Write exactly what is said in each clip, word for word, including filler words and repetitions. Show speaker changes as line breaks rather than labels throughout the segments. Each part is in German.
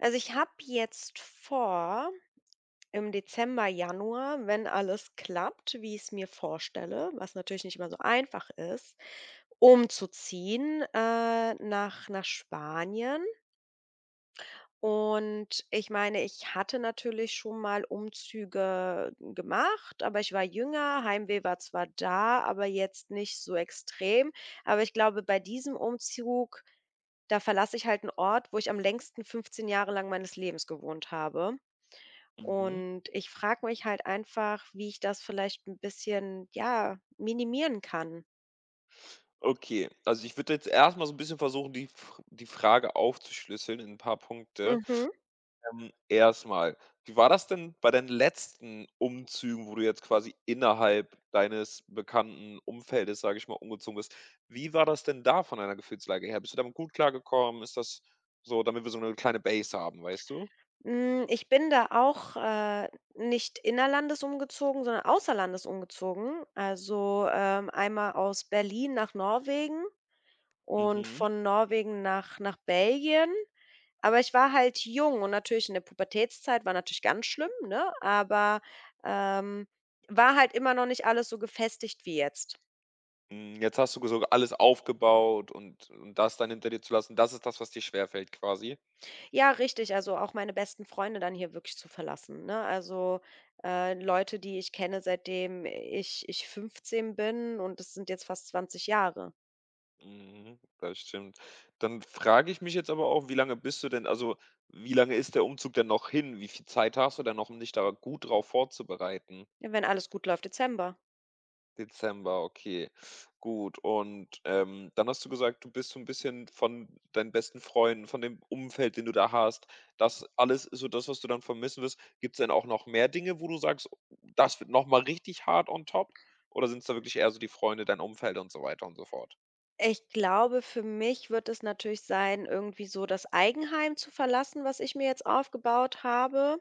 Also, ich habe jetzt vor, im Dezember, Januar, wenn alles klappt, wie ich es mir vorstelle, was natürlich nicht immer so einfach ist, umzuziehen, äh, nach nach Spanien. Und ich meine, ich hatte natürlich schon mal Umzüge gemacht, aber ich war jünger, Heimweh war zwar da, aber jetzt nicht so extrem. Aber ich glaube, bei diesem Umzug, da verlasse ich halt einen Ort, wo ich am längsten fünfzehn Jahre lang meines Lebens gewohnt habe.
Mhm.
Und ich frage mich halt einfach, wie ich das vielleicht ein bisschen, ja, minimieren kann.
Okay, also ich würde jetzt erstmal so ein bisschen versuchen, die F die Frage aufzuschlüsseln in ein paar Punkte.
Mhm.
Ähm, erst wie war das denn bei deinen letzten Umzügen, wo du jetzt quasi innerhalb deines bekannten Umfeldes, sage ich mal, umgezogen bist? Wie war das denn da von deiner Gefühlslage her? Bist du damit gut klargekommen? Ist das so, damit wir so eine kleine Base haben, weißt du?
Hm, ich bin da auch, äh, nicht innerlandes umgezogen, sondern außerlandes umgezogen. Also, ähm, einmal aus Berlin nach Norwegen und
Mhm.
von Norwegen nach nach Belgien. Aber ich war halt jung und natürlich in der Pubertätszeit war natürlich ganz schlimm, ne? Aber, ähm, war halt immer noch nicht alles so gefestigt wie jetzt.
Hm, jetzt hast du so alles aufgebaut und und das dann hinter dir zu lassen, das ist das, was dir schwerfällt quasi?
Ja, richtig. Also, auch meine besten Freunde dann hier wirklich zu verlassen, ne? Also, äh, Leute, die ich kenne, seitdem ich ich fünfzehn bin und das sind jetzt fast zwanzig Jahre.
Mhm, das stimmt. Dann frage ich mich jetzt aber auch, wie lange bist du denn also, wie lange ist der Umzug denn noch hin? Wie viel Zeit hast du denn noch, um dich da gut drauf vorzubereiten?
Ja, wenn alles gut läuft, Dezember.
Dezember, okay, gut. Und, ähm, dann hast du gesagt, du bist so ein bisschen von deinen besten Freunden, von dem Umfeld, den du da hast. Das alles ist so das, was du dann vermissen wirst. Gibt's denn auch noch mehr Dinge, wo du sagst: „Das wird noch mal richtig hart on top“? Oder sind es da wirklich eher so die Freunde, dein Umfeld und so weiter und so fort?
Ich glaube, für mich wird es natürlich sein, irgendwie so das Eigenheim zu verlassen, was ich mir jetzt aufgebaut habe.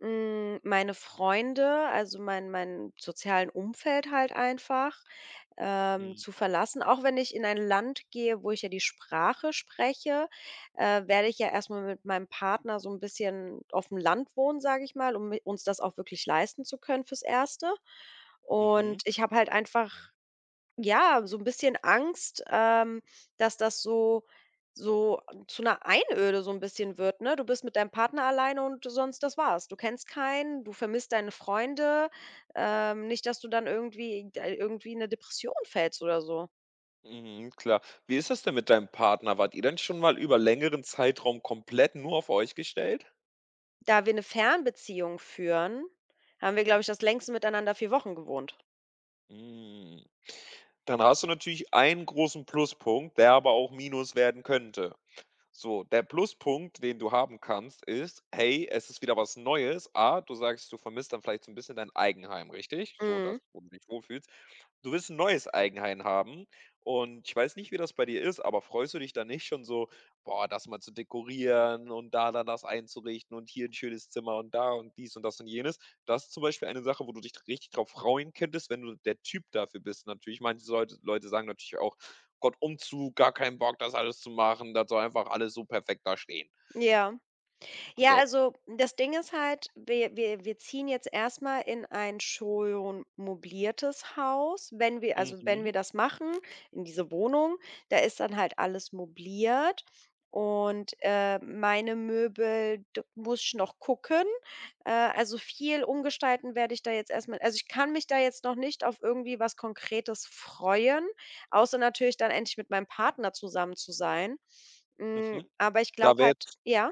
Hm, meine Freunde, also mein mein sozialen Umfeld halt einfach, ähm, zu
Mhm,
verlassen. Auch wenn ich in ein Land gehe, wo ich ja die Sprache spreche, äh, werde ich ja erstmal mit meinem Partner so ein bisschen auf dem Land wohnen, sage ich mal, um mi uns das auch wirklich leisten zu können fürs Erste.
mhm.
Und ich habe halt einfach, ja, so ein bisschen Angst, ähm, dass das so so zu einer Einöde so ein bisschen wird, ne? Du bist mit deinem Partner alleine und sonst das war's. Du kennst keinen, du vermisst deine Freunde, ähm, nicht, dass du dann irgendwie d irgendwie in 'ne Depression fällst oder so.
Mhm, klar. Wie ist das denn mit deinem Partner? Wart ihr denn schon mal über längeren Zeitraum komplett nur auf euch gestellt?
Da wir eine Fernbeziehung führen, haben wir, glaube ich, das längste miteinander vier Wochen gewohnt.
Hm, dann hast du natürlich einen großen Pluspunkt, der aber auch Minus werden könnte. So, der Pluspunkt, den du haben kannst, ist: Hey, es ist wieder was Neues. A, du sagst, du vermisst dann vielleicht so ein bisschen dein Eigenheim, richtig? So
Mhm.
das, wo du dich wohlfühlst. Du willst ein neues Eigenheim haben und ich weiß nicht, wie das bei dir ist, aber freust du dich dann nicht schon so: „Boah, das mal zu dekorieren und da dann das einzurichten und hier ein schönes Zimmer und da und dies und das und jenes?“ Das ist zum Beispiel eine Sache, wo du dich richtig drauf freuen könntest, wenn du der Typ dafür bist. Natürlich, manche Leute Leute sagen natürlich auch: Gott, Umzug, gar keinen Bock, das alles zu machen. Das soll einfach alles so perfekt da stehen.
Ja. Ja,
Also,
also das Ding ist halt, wir wir wir ziehen jetzt erstmal in ein schon mobiliertes Haus. Wenn wir, also, wenn
mhm,
wir das machen, in diese Wohnung, da ist dann halt alles mobiliert und, äh, meine Möbel, d muss ich noch gucken. Äh, also viel umgestalten werde ich da jetzt erstmal. Also ich kann mich da jetzt noch nicht auf irgendwie was Konkretes freuen, außer natürlich dann endlich mit meinem Partner zusammen zu sein. Hm,
mhm.
aber ich
Da
glaube
wäre
halt, ja?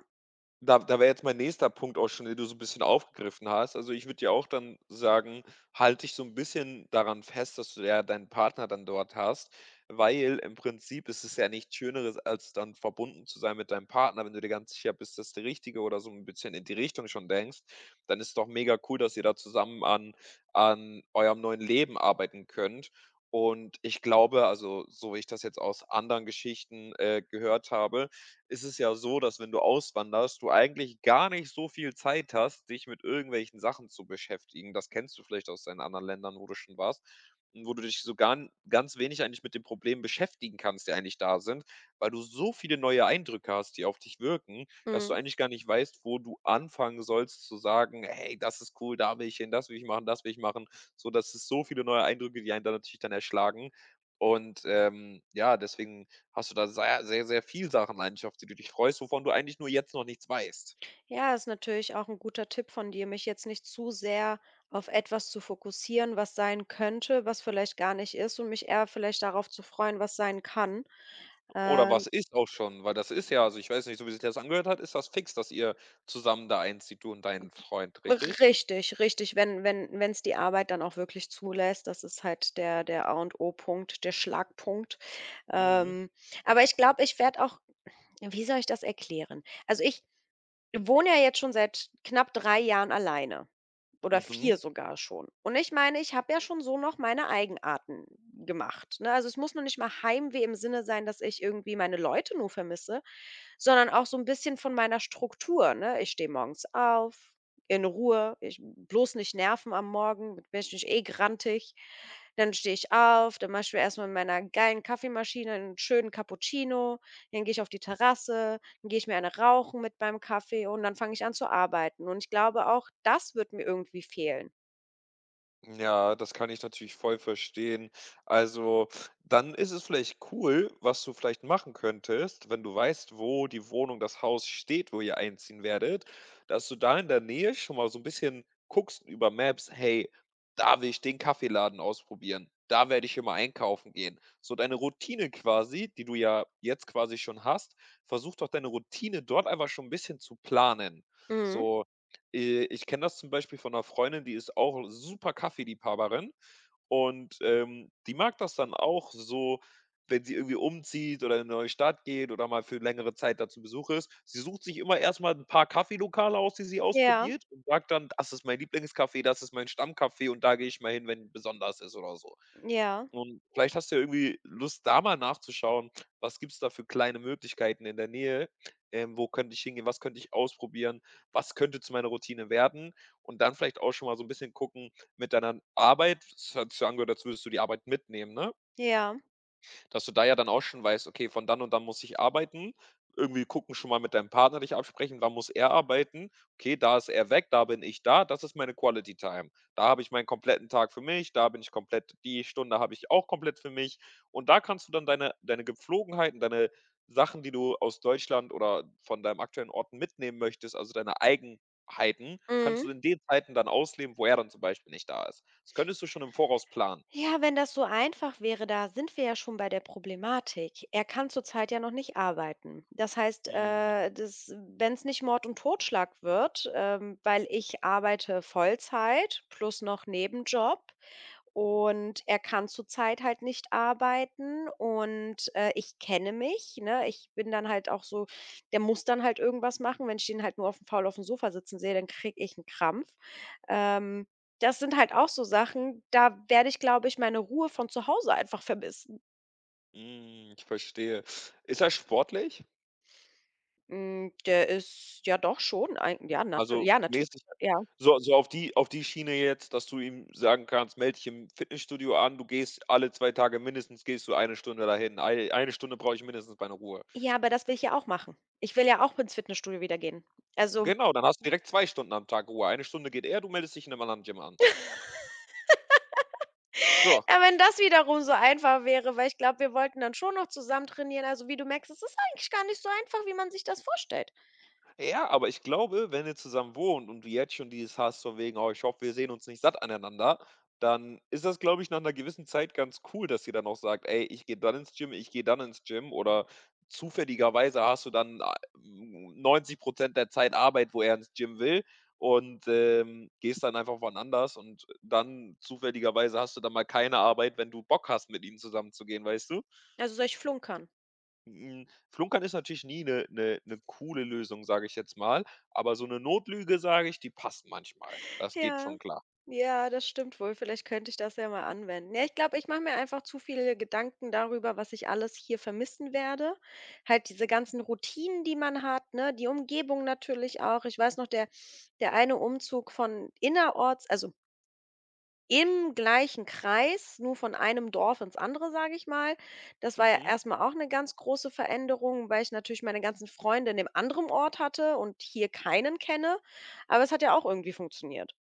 Da da wäre jetzt mein nächster Punkt auch schon, den du so ein bisschen aufgegriffen hast. Also, ich würde dir auch dann sagen, halte dich so ein bisschen daran fest, dass du ja deinen Partner dann dort hast, weil im Prinzip ist es ja nichts Schöneres, als dann verbunden zu sein mit deinem Partner. Wenn du dir ganz sicher bist, dass der Richtige oder so ein bisschen in die Richtung schon denkst, dann ist es doch mega cool, dass ihr da zusammen an an eurem neuen Leben arbeiten könnt. Und ich glaube, also, so wie ich das jetzt aus anderen Geschichten, äh, gehört habe, ist es ja so, dass wenn du auswanderst, du eigentlich gar nicht so viel Zeit hast, dich mit irgendwelchen Sachen zu beschäftigen. Das kennst du vielleicht aus deinen anderen Ländern, wo du schon warst, und wo du dich so gan ganz wenig eigentlich mit den Problemen beschäftigen kannst, die eigentlich da sind, weil du so viele neue Eindrücke hast, die auf dich wirken, dass du
Mhm.
eigentlich gar nicht weißt, wo du anfangen sollst zu sagen: „Hey, das ist cool, da will ich hin, das will ich machen, das will ich machen.“ So, das ist so viele neue Eindrücke, die einen dann natürlich dann erschlagen und, ähm, ja, deswegen, hast du da sehr, sehr, sehr viel Sachen eigentlich, auf die du dich freust, wovon du eigentlich nur jetzt noch nichts weißt?
Ja, ist natürlich auch ein guter Tipp von dir, mich jetzt nicht zu sehr auf etwas zu fokussieren, was sein könnte, was vielleicht gar nicht ist, und mich eher vielleicht darauf zu freuen, was sein kann.
Oder
Ähm,
was ist auch schon? Weil das ist ja, also, ich weiß nicht, so wie sich das angehört hat, ist das fix, dass ihr zusammen da einzieht, du und dein Freund, richtig?
richtig, richtig, wenn wenn wenn es die Arbeit dann auch wirklich zulässt, das ist halt der der A und O-Punkt, der Schlagpunkt.
Mhm.
Ähm, aber ich glaube, ich werde auch, wie soll ich das erklären? Also, ich wohne ja jetzt schon seit knapp drei Jahren alleine, oder
Mhm.
vier sogar schon. Und ich meine, ich habe ja schon so noch meine Eigenarten gemacht, ne? Also, es muss noch nicht mal Heimweh im Sinne sein, dass ich irgendwie meine Leute nur vermisse, sondern auch so 'n bisschen von meiner Struktur, ne? Ich stehe morgens auf, in Ruhe, ich bloß nicht nerven am Morgen, bin ich nicht eh grantig. Dann stehe ich auf, dann mache ich mir erst mal in meiner geilen Kaffeemaschine 'n schönen Cappuccino, dann gehe ich auf die Terrasse, dann gehe ich mir eine rauchen mit meinem Kaffee und dann fange ich an zu arbeiten. Und ich glaube auch, das wird mir irgendwie fehlen.
Ja, das kann ich natürlich voll verstehen. Also, dann ist es vielleicht cool, was du vielleicht machen könntest, wenn du weißt, wo die Wohnung, das Haus steht, wo ihr einziehen werdet, dass du da in der Nähe schon mal so ein bisschen guckst über Maps: „Hey, da will ich den Kaffeeladen ausprobieren. Da werde ich immer einkaufen gehen.“ So deine Routine quasi, die du ja jetzt quasi schon hast, versuch doch deine Routine dort einfach schon ein bisschen zu planen.
Mhm.
So, äh, ich kenne das zum Beispiel von einer Freundin, die ist auch super Kaffeeliebhaberin und, ähm, die mag das dann auch so, wenn sie irgendwie umzieht oder in eine neue Stadt geht oder mal für längere Zeit da zu Besuch ist. Sie sucht sich immer erst mal 'n paar Kaffeelokale aus, die sie
Ja,
ausprobiert und sagt dann: „Das ist mein Lieblingskaffee, das ist mein Stammkaffee und da gehe ich mal hin, wenn besonders ist“ oder so.
ja,
Und vielleicht hast du ja irgendwie Lust, da mal nachzuschauen, was gibt's da für kleine Möglichkeiten in der Nähe? Ähm, wo könnte ich hingehen? Was könnte ich ausprobieren? Was könnte zu meiner Routine werden? Und dann vielleicht auch schon mal so ein bisschen gucken mit deiner Arbeit. Es hat sich so angehört, als würdest du die Arbeit mitnehmen, ne?
ja.
Dass du da ja dann auch schon weißt: „Okay, von dann und dann muss ich arbeiten.“ Irgendwie gucken, schon mal mit deinem Partner dich absprechen, wann muss er arbeiten? Okay, da ist er weg, da bin ich da, das ist meine Quality Time. Da habe ich meinen kompletten Tag für mich, da bin ich komplett, die Stunde habe ich auch komplett für mich. Und da kannst du dann deine deine Gepflogenheiten, deine Sachen, die du aus Deutschland oder von deinem aktuellen Ort mitnehmen möchtest, also deine Eigenheiten, kannst
Mhm.
du in den Zeiten dann ausleben, wo er dann zum Beispiel nicht da ist. Das könntest du schon im Voraus planen.
Ja, wenn das so einfach wäre, da sind wir ja schon bei der Problematik. Er kann zurzeit ja noch nicht arbeiten. Das heißt,
Mhm.
äh, wenn es nicht Mord und Totschlag wird, ähm, weil ich arbeite Vollzeit plus noch Nebenjob, und er kann zurzeit halt nicht arbeiten und, äh, ich kenne mich, ne? Ich bin dann halt auch so, der muss dann halt irgendwas machen. Wenn ich den halt nur auf dem faul auf dem Sofa sitzen sehe, dann kriege ich einen Krampf. Ähm, das sind halt auch so Sachen, da werde ich, glaube ich, meine Ruhe von zu Hause einfach vermissen.
Hm, ich verstehe. Ist er sportlich?
Hm, der ist ja doch schon eigen, ja,
Also,
natürlich, ja, natürlich,
mäßig,
ja.
so, so auf die auf die Schiene jetzt, dass du ihm sagen kannst: „Melde dich im Fitnessstudio an, du gehst alle zwei Tage mindestens, gehst du eine Stunde dahin. Ei eine Stunde brauche ich mindestens meine Ruhe.“
Ja, aber das will ich ja auch machen. Ich will ja auch ins Fitnessstudio wieder gehen. Also,
Genau, dann hast du direkt zwei Stunden am Tag Ruhe. Eine Stunde geht er, du meldest dich in 'nem anderen Gym an. So.
ja, wenn das wiederum so einfach wäre, weil ich glaube, wir wollten dann schon noch zusammen trainieren. Also, wie du merkst, es ist eigentlich gar nicht so einfach, wie man sich das vorstellt.
Ja, aber ich glaube, wenn ihr zusammen wohnt und du jetzt schon dieses hast von wegen: „Oh, ich hoffe, wir sehen uns nicht satt aneinander“, dann ist das, glaube ich, nach einer gewissen Zeit ganz cool, dass ihr dann auch sagt: „Ey, ich gehe dann ins Gym, ich gehe dann ins Gym“ oder zufälligerweise hast du dann, ah, Prozent der Zeit Arbeit, wo er ins Gym will und, ähm, gehst dann einfach woanders und dann zufälligerweise hast du dann mal keine Arbeit, wenn du Bock hast, mit ihm zusammenzugehen, weißt du?
Also, solch Flunkern.
Hm, Flunkern ist natürlich nie eine coole Lösung, sage ich jetzt mal, aber so eine Notlüge, sage ich, die passt manchmal. Das geht
Ja,
schon klar.
ja, das stimmt wohl. Vielleicht könnte ich das ja mal anwenden. Ja, ich glaube, ich mache mir einfach zu viele Gedanken darüber, was ich alles hier vermissen werde. Halt diese ganzen Routinen, die man hat, ne? Die Umgebung natürlich auch. Ich weiß noch, der der eine Umzug von innerorts, also im gleichen Kreis, nur von einem Dorf ins andere, sage ich mal. Das war ja
Mhm.
erst auch eine ganz große Veränderung, weil ich natürlich meine ganzen Freunde in dem anderen Ort hatte und hier keinen kenne, aber es hat ja auch irgendwie funktioniert.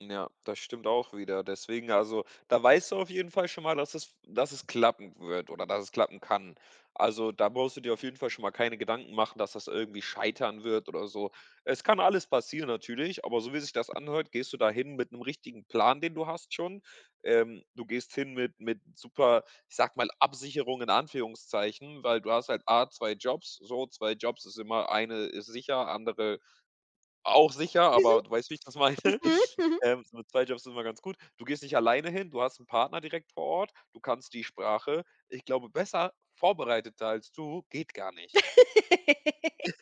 Ja, das stimmt auch wieder. Deswegen, also, da weißt du auf jeden Fall schon mal, dass es, dass es klappen wird oder dass es klappen kann. Also, da brauchst du dir auf jeden Fall schon mal keine Gedanken machen, dass das irgendwie scheitern wird oder so. Es kann alles passieren natürlich, aber so wie sich das anhört, gehst du da hin mit einem richtigen Plan, den du hast schon. Ähm, du gehst hin mit mit super, ich sag mal, Absicherung in Anführungszeichen, weil du hast halt A, zwei Jobs. So, zwei Jobs ist immer eine ist sicher, andere auch sicher, aber
Mhm.
du weißt, wie ich das meine.
Mhm. Mhm.
Ähm, so mit zwei Jobs sind wir ganz gut. Du gehst nicht alleine hin, du hast einen Partner direkt vor Ort, du kannst die Sprache. Ich glaube, besser vorbereiteter als du geht gar nicht.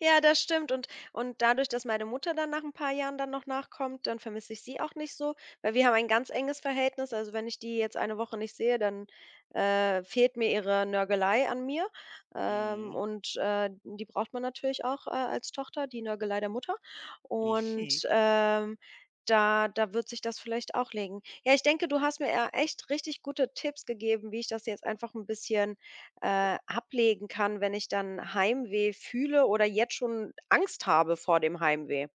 Ja, das stimmt, und und dadurch, dass meine Mutter dann nach ein paar Jahren dann noch nachkommt, dann vermisse ich sie auch nicht so, weil wir haben ein ganz enges Verhältnis. Also, wenn ich die jetzt eine Woche nicht sehe, dann, äh, fehlt mir ihre Nörgelei an mir, ähm,
Mhm.
und, äh, die braucht man natürlich auch, äh, als Tochter, die Nörgelei der Mutter. Und,
Mhm.
ähm, da da wird sich das vielleicht auch legen. Ja, ich denke, du hast mir ja echt richtig gute Tipps gegeben, wie ich das jetzt einfach ein bisschen, äh, ablegen kann, wenn ich dann Heimweh fühle oder jetzt schon Angst habe vor dem Heimweh.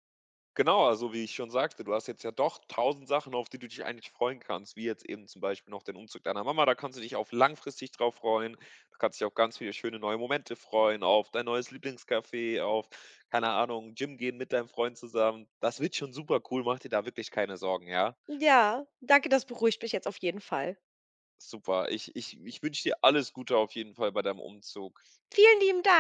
Genau, also wie ich schon sagte, du hast jetzt ja doch tausend Sachen, auf die du dich eigentlich freuen kannst, wie jetzt eben zum Beispiel noch den Umzug deiner Mama. Da kannst du dich auf langfristig drauf freuen. Du kannst dich auf ganz viele schöne neue Momente freuen, auf dein neues Lieblingscafé, auf, keine Ahnung, Gym gehen mit deinem Freund zusammen. Das wird schon super cool, mach dir da wirklich keine Sorgen, ja?
Ja, danke, das beruhigt mich jetzt auf jeden Fall.
Super. Ich ich ich wünsche dir alles Gute auf jeden Fall bei deinem Umzug.
Vielen lieben Dank.